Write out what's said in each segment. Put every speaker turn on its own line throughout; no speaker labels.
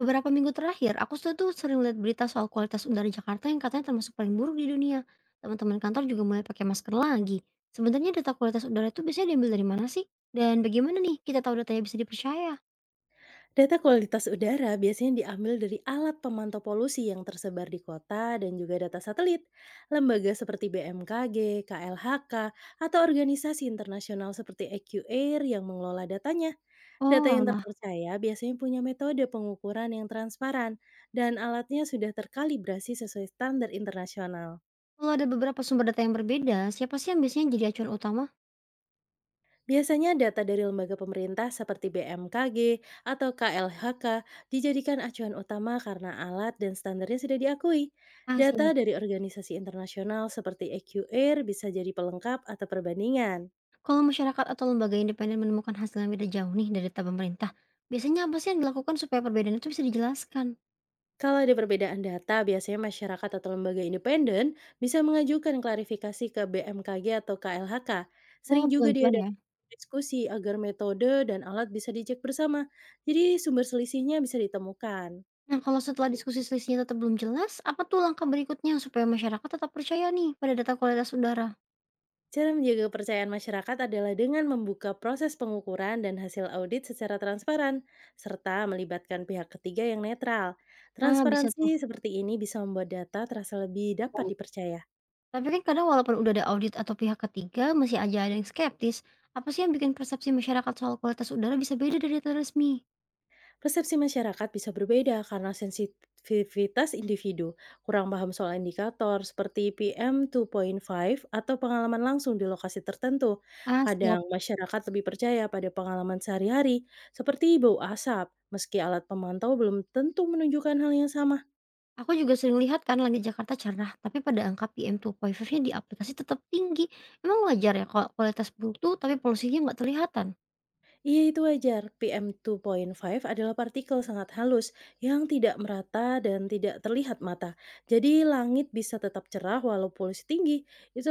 Beberapa minggu terakhir, aku tuh tuh sering lihat berita soal kualitas udara Jakarta yang katanya termasuk paling buruk di dunia. Teman-teman kantor juga mulai pakai masker lagi. Sebenarnya data kualitas udara itu biasanya diambil dari mana sih? Dan bagaimana nih kita tahu datanya bisa dipercaya?
Data kualitas udara biasanya diambil dari alat pemantau polusi yang tersebar di kota dan juga data satelit, lembaga seperti BMKG, KLHK, atau organisasi internasional seperti AQAir yang mengelola datanya. Data
Oh
yang
alah,
terpercaya biasanya punya metode pengukuran yang transparan dan alatnya sudah terkalibrasi sesuai standar internasional.
kalau ada beberapa sumber data yang berbeda, siapa sih yang biasanya jadi acuan utama?
Biasanya data dari lembaga pemerintah seperti BMKG atau KLHK dijadikan acuan utama karena alat dan standarnya sudah diakui.
Ah
Data
siap.
dari organisasi internasional seperti EQR bisa jadi pelengkap atau perbandingan.
Kalau masyarakat atau lembaga independen menemukan hasil yang beda jauh nih dari data pemerintah, biasanya apa sih yang dilakukan supaya perbedaan itu bisa dijelaskan?
Kalau ada perbedaan data, biasanya masyarakat atau lembaga independen bisa mengajukan klarifikasi ke BMKG atau KLHK.
Oh
Sering juga
pengajuan ya?
diadakan diskusi agar metode dan alat bisa dicek bersama. Jadi sumber selisihnya bisa ditemukan.
Nah, kalau setelah diskusi selisihnya tetap belum jelas, apa tuh langkah berikutnya supaya masyarakat tetap percaya nih pada data kualitas udara?
Cara menjaga kepercayaan masyarakat adalah dengan membuka proses pengukuran dan hasil audit secara transparan, serta melibatkan pihak ketiga yang netral.
Ah, bisa
Transparansi
tuh.
seperti ini bisa membuat data terasa lebih dapat dipercaya.
Tapi kan kadang walaupun udah ada audit atau pihak ketiga, masih aja ada yang skeptis. Apa sih yang bikin persepsi masyarakat soal kualitas udara bisa beda dari data resmi?
Persepsi masyarakat bisa berbeda karena sensitivitas individu, kurang paham soal indikator seperti PM 2.5 atau pengalaman langsung di lokasi tertentu.
Ah, siap.
Kadang masyarakat lebih percaya pada pengalaman sehari-hari seperti bau asap, meski alat pemantau belum tentu menunjukkan hal yang sama.
Aku juga sering lihat kan langit Jakarta cerah, tapi pada angka PM2.5-nya di aplikasi tetap tinggi. Emang wajar ya kalau kualitas buruk tuh, tapi polusinya nggak terlihatan?
Iya itu wajar, PM2.5 adalah partikel sangat halus yang tidak merata dan tidak terlihat mata. Jadi langit bisa tetap cerah walau polusi tinggi.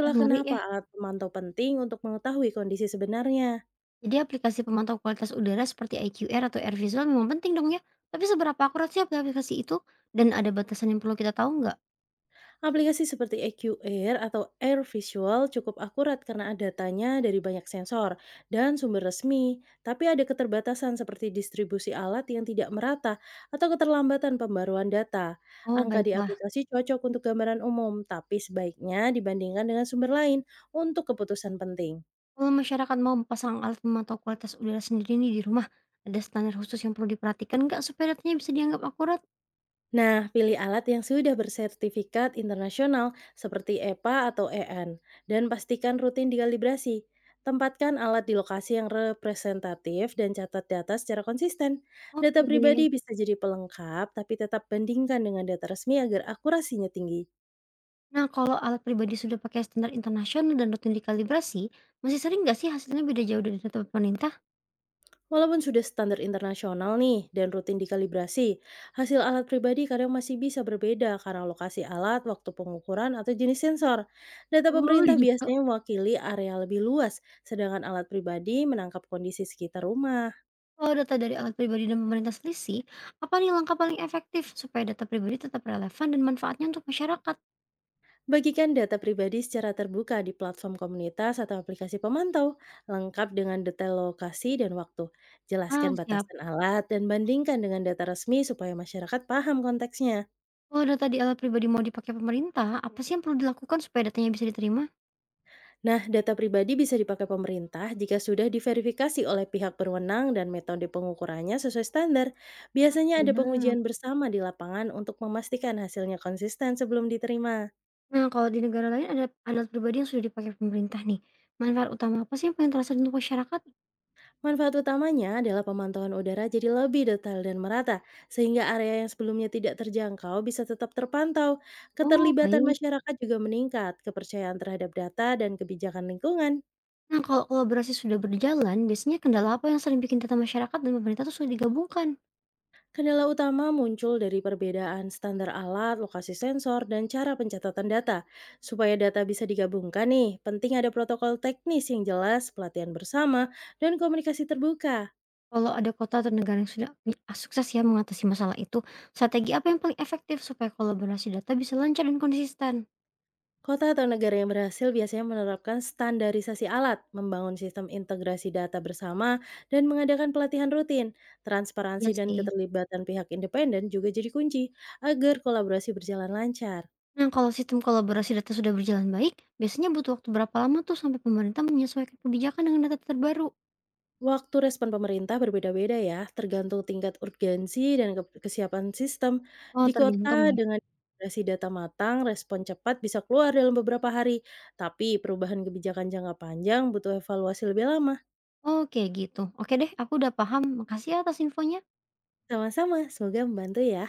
Wah, ngeri
kenapa
ya.
alat pemantau penting untuk mengetahui kondisi sebenarnya.
Jadi aplikasi pemantau kualitas udara seperti IQR atau Air Visual memang penting dong ya. Tapi seberapa akurat sih aplikasi itu? Dan ada batasan yang perlu kita tahu nggak?
Aplikasi seperti EQR atau Air Visual cukup akurat karena datanya dari banyak sensor dan sumber resmi, tapi ada keterbatasan seperti distribusi alat yang tidak merata atau keterlambatan pembaruan data.
Oh
Angka di
baiklah.
aplikasi cocok untuk gambaran umum, tapi sebaiknya dibandingkan dengan sumber lain untuk keputusan penting.
Kalau masyarakat mau pasang alat pemantau kualitas udara sendiri nih di rumah, ada standar khusus yang perlu diperhatikan nggak supaya datanya bisa dianggap akurat?
Nah, pilih alat yang sudah bersertifikat internasional seperti EPA atau EN dan pastikan rutin dikalibrasi. Tempatkan alat di lokasi yang representatif dan catat data secara konsisten. Data
Oke deh.
pribadi bisa jadi pelengkap, tapi tetap bandingkan dengan data resmi agar akurasinya tinggi.
Nah kalau alat pribadi sudah pakai standar internasional dan rutin dikalibrasi, masih sering nggak sih hasilnya beda jauh dari data pemerintah?
Walaupun sudah standar internasional nih dan rutin dikalibrasi, hasil alat pribadi kadang masih bisa berbeda karena lokasi alat, waktu pengukuran, atau jenis sensor. Data
Oh
pemerintah
gitu.
biasanya mewakili area lebih luas, sedangkan alat pribadi menangkap kondisi sekitar rumah.
Kalau data dari alat pribadi dan pemerintah selisih, apa nih langkah paling efektif supaya data pribadi tetap relevan dan manfaatnya untuk masyarakat?
Bagikan data pribadi secara terbuka di platform komunitas atau aplikasi pemantau, lengkap dengan detail lokasi dan waktu.
Ah,
Jelaskan
siap.
batasan alat dan bandingkan dengan data resmi supaya masyarakat paham konteksnya.
Kalau data di alat pribadi mau dipakai pemerintah, apa sih yang perlu dilakukan supaya datanya bisa diterima?
Nah, data pribadi bisa dipakai pemerintah jika sudah diverifikasi oleh pihak berwenang dan metode pengukurannya sesuai standar.
Ah,
Biasanya ada
siap.
pengujian bersama di lapangan untuk memastikan hasilnya konsisten sebelum diterima.
Nah, kalau di negara lain ada alat pribadi yang sudah dipakai pemerintah nih. Manfaat utama apa sih yang paling terasa untuk masyarakat?
Manfaat utamanya adalah pemantauan udara jadi lebih detail dan merata, sehingga area yang sebelumnya tidak terjangkau bisa tetap terpantau.
Oh,
Keterlibatan
baik.
masyarakat juga meningkat, kepercayaan terhadap data dan kebijakan lingkungan.
Nah, kalau kolaborasi sudah berjalan, biasanya kendala apa yang sering bikin data masyarakat dan pemerintah itu sudah digabungkan?
Kendala utama muncul dari perbedaan standar alat, lokasi sensor, dan cara pencatatan data. Supaya data bisa digabungkan nih, penting ada protokol teknis yang jelas, pelatihan bersama, dan komunikasi terbuka.
Kalau ada kota atau negara yang sudah punya ah, sukses ya mengatasi masalah itu, strategi apa yang paling efektif supaya kolaborasi data bisa lancar dan konsisten?
Kota atau negara yang berhasil biasanya menerapkan standarisasi alat, membangun sistem integrasi data bersama, dan mengadakan pelatihan rutin.
Iya
Transparansi dan
sih.
keterlibatan pihak independen juga jadi kunci agar kolaborasi berjalan lancar.
Nah, kalau sistem kolaborasi data sudah berjalan baik, biasanya butuh waktu berapa lama tuh sampai pemerintah menyesuaikan kebijakan dengan data terbaru?
Waktu respon pemerintah berbeda-beda ya, tergantung tingkat urgensi dan kesiapan sistem.
Oh,
Di
tergantung
kota
ya.
dengan integrasi data matang, respon cepat bisa keluar dalam beberapa hari. Tapi perubahan kebijakan jangka panjang butuh evaluasi lebih lama.
Oke, gitu. Oke deh, aku udah paham. Makasih ya atas infonya.
Sama-sama, semoga membantu ya.